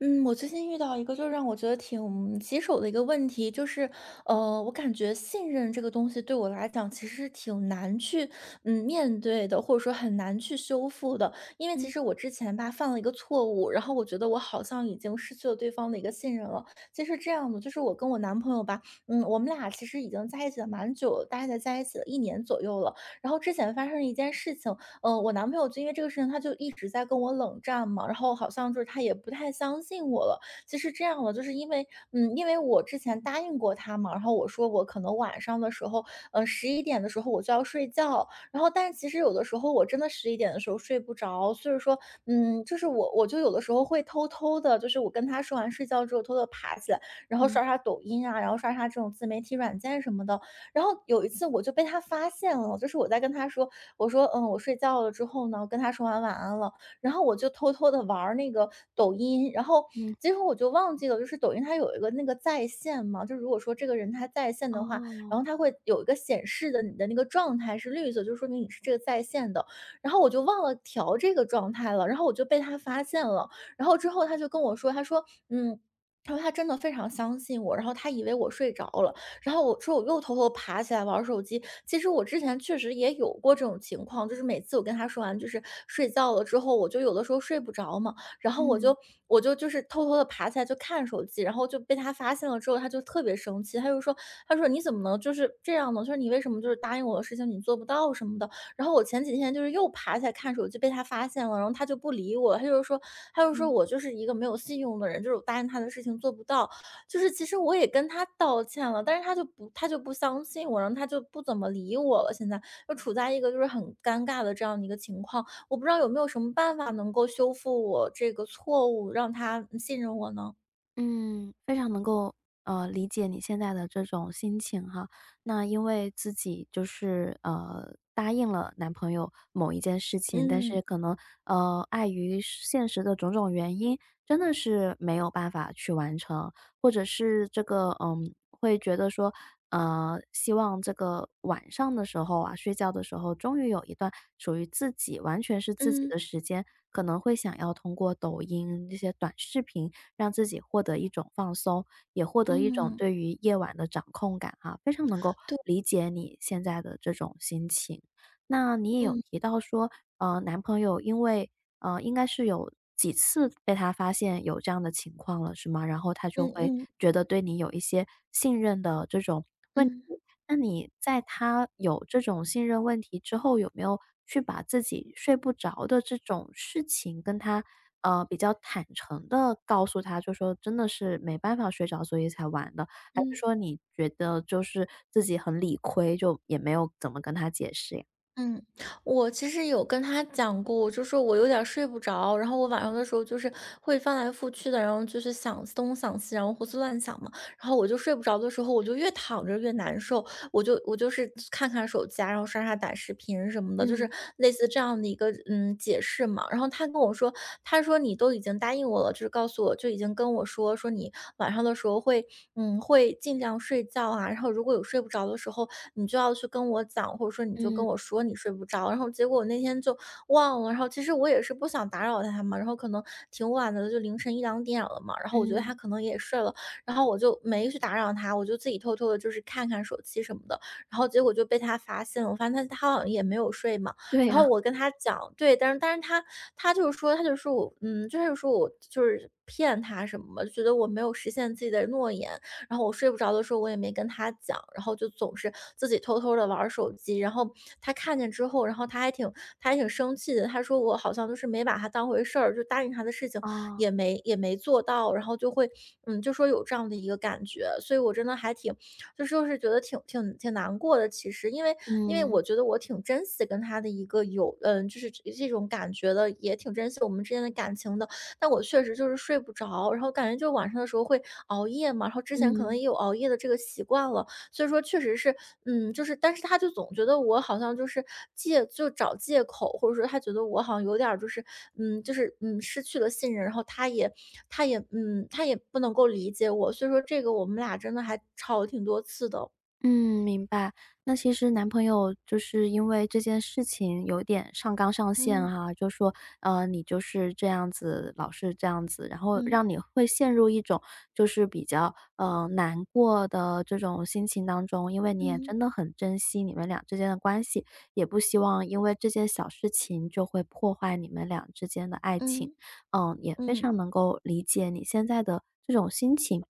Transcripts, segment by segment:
嗯，我最近遇到一个就让我觉得挺棘手的一个问题，就是，我感觉信任这个东西对我来讲其实是挺难去面对的，或者说很难去修复的。因为其嗯实我之前吧犯了一个错误，然后我觉得我好像已经失去了对方的一个信任了。其实这样的，就是我跟我男朋友吧，我们俩其实已经在一起了蛮久了，大概在一起了1年左右了。然后之前发生了一件事情，我男朋友就因为这个事情，他就一直在跟我冷战嘛，然后好像就是他也不太相信我了。其实这样的，就是因为，因为我之前答应过他嘛，然后我说我可能晚上的时候，十一点的时候我就要睡觉，然后但其实有的时候我真的十一点的时候睡不着，所以说，就是我就有的时候会偷偷的，就是我跟他说完睡觉之后，偷偷地爬起来，然后嗯刷刷抖音啊，然后刷刷这种自媒体软件什么的。然后有一次我就被他发现了，就是我在跟他说，我说：我睡觉了之后呢，跟他说完晚安了。”然后我就偷偷的玩儿那个抖音。然后嗯，结果我就忘记了，就是抖音它有一个那个在线嘛，就如果说这个人他在线的话，哦，然后他会有一个显示的你的那个状态是绿色，就说明你是这个在线的。然后我就忘了调这个状态了，然后我就被他发现了。然后之后他就跟我说，他说：“嗯，他说他真的非常相信我，然后他以为我睡着了。”然后我说我又偷偷爬起来玩儿手机。其实我之前确实也有过这种情况，就是每次我跟他说完就是睡觉了之后，我就有的时候睡不着嘛，然后我嗯就我就就是偷偷的爬起来就看手机，然后就被他发现了之后，他就特别生气，他就说，他说你怎么能就是这样呢？就是你为什么就是答应我的事情你做不到什么的？然后我前几天就是又爬起来看手机被他发现了，然后他就不理我，他就说嗯。我就是一个没有信用的人，就是我答应他的事情做不到。就是其实我也跟他道歉了，但是他就不相信我，然后他就不怎么理我了。现在就处在一个就是很尴尬的这样的一个情况，我不知道有没有什么办法能够修复我这个错误，让他信任我呢？嗯，非常能够，理解你现在的这种心情哈。那因为自己就是，答应了男朋友某一件事情，但嗯是可能，碍于现实的种种原因，真的是没有办法去完成，或者是这个，会觉得说，希望这个晚上的时候啊，睡觉的时候，终于有一段属于自己完全是自己嗯的时间，可能会想要通过抖音这些短视频让自己获得一种放松，也获得一种嗯。对于夜晚的掌控感啊，非常能够对。理解你现在的这种心情。那你也有嗯提到说，男朋友因为应该是有几次被他发现有这样的情况了，是吗？然后他就嗯会嗯觉得对你有一些信任的这种问题。嗯那你在他有这种信任问题之后，有没有去把自己睡不着的这种事情跟他，比较坦诚的告诉他，就说真的是没办法睡着，所以才玩的？还是嗯说你觉得就是自己很理亏，就也没有怎么跟他解释呀？嗯。我其实有跟他讲过，就是我有点儿睡不着，然后我晚上的时候就是会翻来覆去的，然后就是想东想西，然后胡思乱想嘛。然后我就睡不着的时候，我就越躺着越难受，我就是看看手机啊，然后刷刷短视频什么的，就是嗯类似这样的一个解释嘛。然后他跟我说，他说你都已经答应我了，就是告诉我就已经跟我说说你晚上的时候会会尽量睡觉啊，然后如果有睡不着的时候，你就要去跟我讲，或者说你就跟嗯我说你睡不着。然后结果我那天就忘了，然后其实我也是不想打扰他嘛，然后可能挺晚的，就凌晨一两点了嘛，然后我觉得他嗯，可能也睡了。然后我就没去打扰他，我就自己偷偷的，就是看看手机什么的。然后结果就被他发现了，我发现他好像也没有睡嘛。对然后呀，我跟他讲，对，但是他就是说，他就说我，嗯，就是说我就是骗他什么，就觉得我没有实现自己的诺言。然后我睡不着的时候，我也没跟他讲，然后就总是自己偷偷的玩手机。然后他看见之后，然后他还挺生气的，他说我好像就是没把他当回事儿，就答应他的事情哦。也没做到，然后就会就说有这样的一个感觉，所以我真的还挺就是觉得挺挺挺难过的。其实因为嗯我觉得我挺珍惜跟他的一个有就是这种感觉的，也挺珍惜我们之间的感情的。但我确实就是睡不着，然后感觉就晚上的时候会熬夜嘛，然后之前可能嗯也有熬夜的这个习惯了，所以说确实是，但是他就总觉得我好像就是就找借口，或者说他觉得我好像有点儿就是，失去了信任，然后他也不能够理解我，所以说这个我们俩真的还吵了挺多次的。嗯，明白。那其实男朋友就是因为这件事情有点上纲上线嗯哈，就说你就是这样子，老是这样子，然后嗯让你会陷入一种就是比较难过的这种心情当中，因为你也嗯真的很珍惜你们俩之间的关系，也不希望因为这件小事情就会破坏你们俩之间的爱情。嗯嗯，也非嗯常能够理解你现在的这种心情。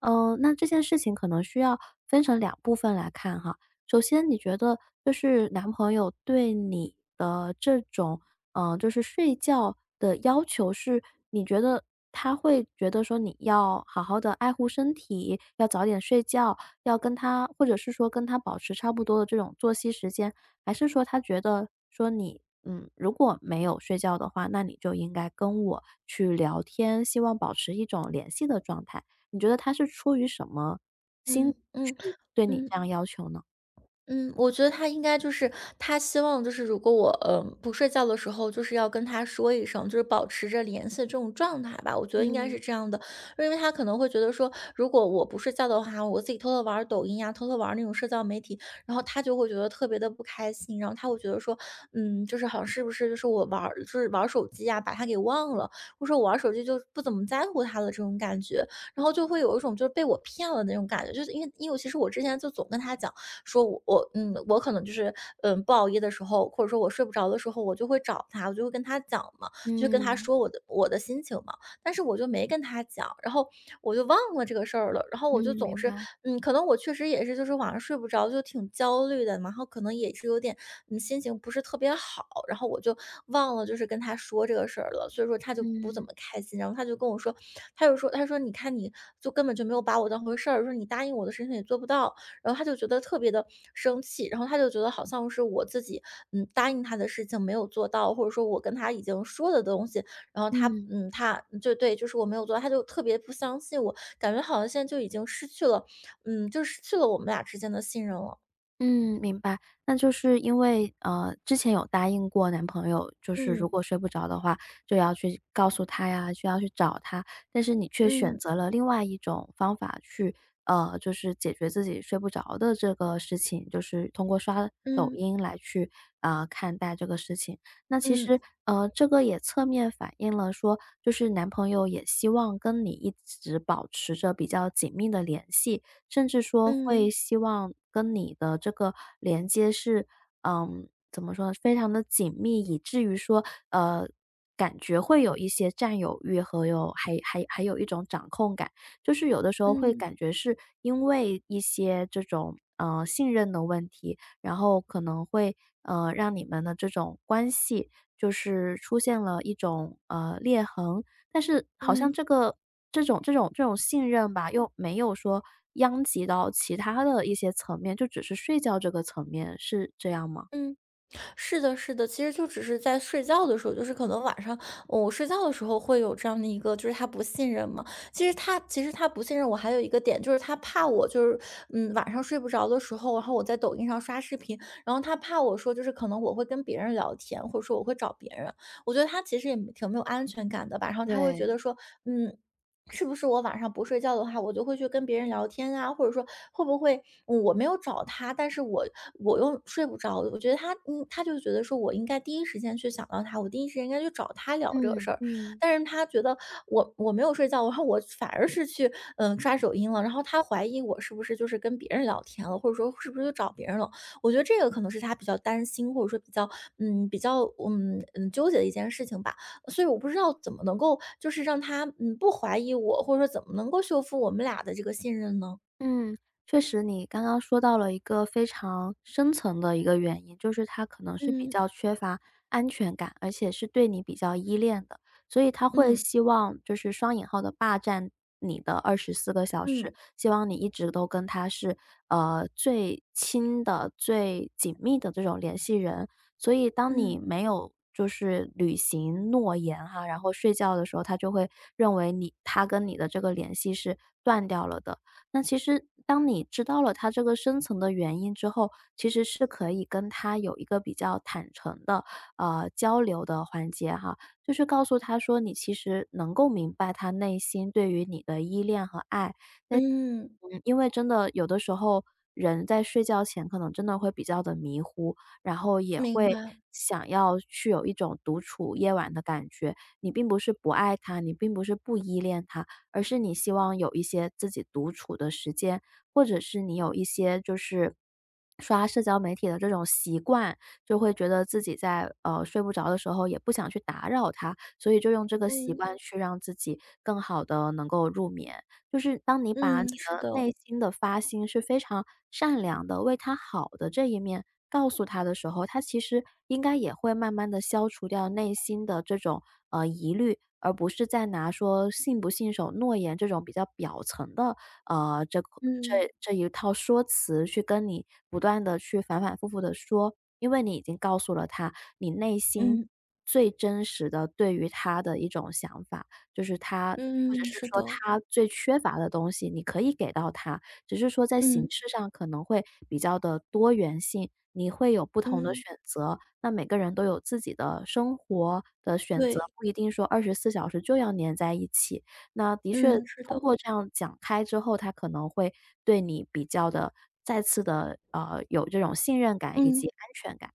嗯，那这件事情可能需要分成两部分来看哈。首先，你觉得就是男朋友对你的这种，就是睡觉的要求是，你觉得他会觉得说你要好好的爱护身体，要早点睡觉，要跟他或者是说跟他保持差不多的这种作息时间，还是说他觉得说你，如果没有睡觉的话，那你就应该跟我去聊天，希望保持一种联系的状态。你觉得他是出于什么心理嗯嗯去嗯对你嗯。这样要求呢？嗯，我觉得他应该就是他希望就是如果我不睡觉的时候，就是要跟他说一声，就是保持着联系的这种状态吧。我觉得应该是嗯，这样的。因为他可能会觉得说，如果我不睡觉的话，我自己偷偷玩儿抖音呀、偷偷玩儿那种社交媒体，然后他就会觉得特别的不开心。然后他会觉得说，就是好像是不是就是玩儿手机呀、把他给忘了，或者说我玩儿手机就不怎么在乎他了，这种感觉。然后就会有一种就是被我骗了的那种感觉。就是因为其实我之前就总跟他讲，说我可能就是不熬夜的时候，或者说我睡不着的时候，我就会找他，我就会跟他讲嘛，就跟他嗯，说我的心情嘛。但是我就没跟他讲，然后我就忘了这个事儿了。然后嗯，我就总明是白，可能我确实也是就是晚上睡不着，就挺焦虑的，然后可能也是有点心情不是特别好，然后我就忘了就是跟他说这个事儿了，所以说他就不怎嗯，么开心。然后他就跟我说，他就说你看你就根本就没有把我当回事儿，说你答应我的事情也做不到，然后他就觉得特别的生气。然后他就觉得好像是我自己，答应他的事情没有做到，或者说我跟他已经说的东西，然后嗯。他就，对，就是我没有做到，他就特别不相信我，感觉好像现在就已经失去了就失去了我们俩之间的信任了。嗯，明白。那就是因为，之前有答应过男朋友，就是如嗯。果睡不着的话，就要去告诉他呀，就要去找他。但是你却选嗯。择了另外一种方法去，就是解决自己睡不着的这个事情，就是通过刷抖嗯。音来去啊看待这个事情。那其实，嗯。这个也侧面反映了说，就是男朋友也希望跟你一直保持着比较紧密的联系。甚至说会嗯。希望跟你的这个连接是，怎么说呢，非常的紧密，以至于说，呃，感觉会有一些占有欲和有还有一种掌控感。就是有的时候会嗯。感觉是因为一些这种，信任的问题，然后可能会，让你们的这种关系就是出现了一种，裂痕。但是好嗯。像嗯这个这种信任吧，又没有说殃及到其他的一些层面，就只是睡觉这个层面，是这样吗？嗯。是的，是的，其实就只是在睡觉的时候，就是可能晚上，哦我睡觉的时候会有这样的一个，就是他不信任嘛。其实他不信任我，还有一个点就是他怕我就是晚上睡不着的时候，然后我在抖音上刷视频，然后他怕我说就是可能我会跟别人聊天，或者说我会找别人。我觉得他其实也挺没有安全感的吧。然后他会觉对，得说，嗯是不是我晚上不睡觉的话，我就会去跟别人聊天啊，或者说会不会我没有找他，但是我又睡不着。我觉得他就觉得说我应该第一时间去想到他，我第一时间应该去找他聊这个嗯事儿。嗯。但是他觉得我没有睡觉，然后我反而是去刷抖音了，然后他怀疑我是不是就是跟别人聊天了，或者说是不是就找别人了。我觉得这个可能是他比较担心，或者说比较纠结的一件事情吧。所以我不知道怎么能够就是让他，嗯，不怀疑我，或者说怎么能够修复我们俩的这个信任呢？嗯，确实你刚刚说到了一个非常深层的一个原因，就是他可能是比嗯。较缺乏安全感，而且是对你比较依恋的，所以他会嗯希望就是双引号的霸占你的24个小时，嗯。希望你一直都跟他是，最亲的、最紧密的这种联系人。所以当嗯你没有就是履行诺言哈，然后睡觉的时候，他就会认为你他跟你的这个联系是断掉了的。那其实当你知道了他这个深层的原因之后，其实是可以跟他有一个比较坦诚的，交流的环节哈。就是告诉他说，你其实能够明白他内心对于你的依恋和爱，但嗯，因为真的有的时候人在睡觉前可能真的会比较的迷糊，然后也明会白。想要去有一种独处夜晚的感觉。你并不是不爱他，你并不是不依恋他，而是你希望有一些自己独处的时间，或者是你有一些就是刷社交媒体的这种习惯，就会觉得自己在，睡不着的时候也不想去打扰他，所以就用这个习嗯嗯惯去让自己更好的能够入眠。就是当你把嗯，你是的的。内心的发心是非常善良的，为他好的这一面告诉他的时候，他其实应该也会慢慢的消除掉内心的这种，疑虑，而不是再拿说信不信守诺言这种比较表层的，呃，这嗯这一套说辞去跟你不断的去反反复复的说。因为你已经告诉了他，你内心嗯最真实的对于他的一种想法。就是他或者嗯，是是说的。他最缺乏的东西，你可以给到他，只是说在形嗯式上可能会比较的多元性，你会有不同的嗯，选择。那每个人都有自己的生活的选择，对。不一定说24小时就要粘在一起。那的确嗯，是通的。过这样讲开之后，他可能会对你比较的再次的有这种信任感以嗯。及安全感。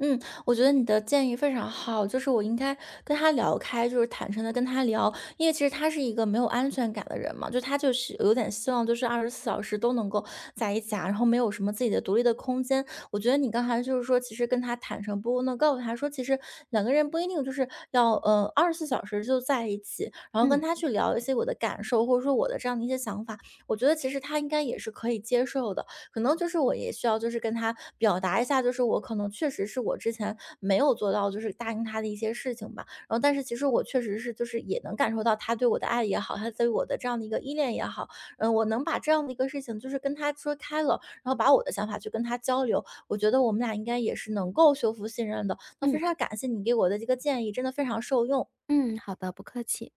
嗯，我觉得你的建议非常好，就是我应该跟他聊开，就是坦诚的跟他聊。因为其实他是一个没有安全感的人嘛，就他就是有点希望，就是二十四小时都能够在一起啊，然后没有什么自己的独立的空间。我觉得你刚才就是说，其实跟他坦诚不公的告诉他说，其实2个人不一定就是要二十四小时就在一起，然后跟嗯，他去聊一些我的感受，或者说我的这样的一些想法，我觉得其实他应该也是可以接受的。可能就是我也需要就是跟他表达一下，就是我可能确实是我之前没有做到，就是答应他的一些事情吧。然后但是其实我确实是就是也能感受到他对我的爱也好，他对我的这样的一个依恋也好，嗯，我能把这样的一个事情就是跟他说开了，然后把我的想法去跟他交流，我觉得我们俩应该也是能够修复信任的。那非嗯，常感谢你给我的这个建议，真的非常受用。嗯，好的，不客气。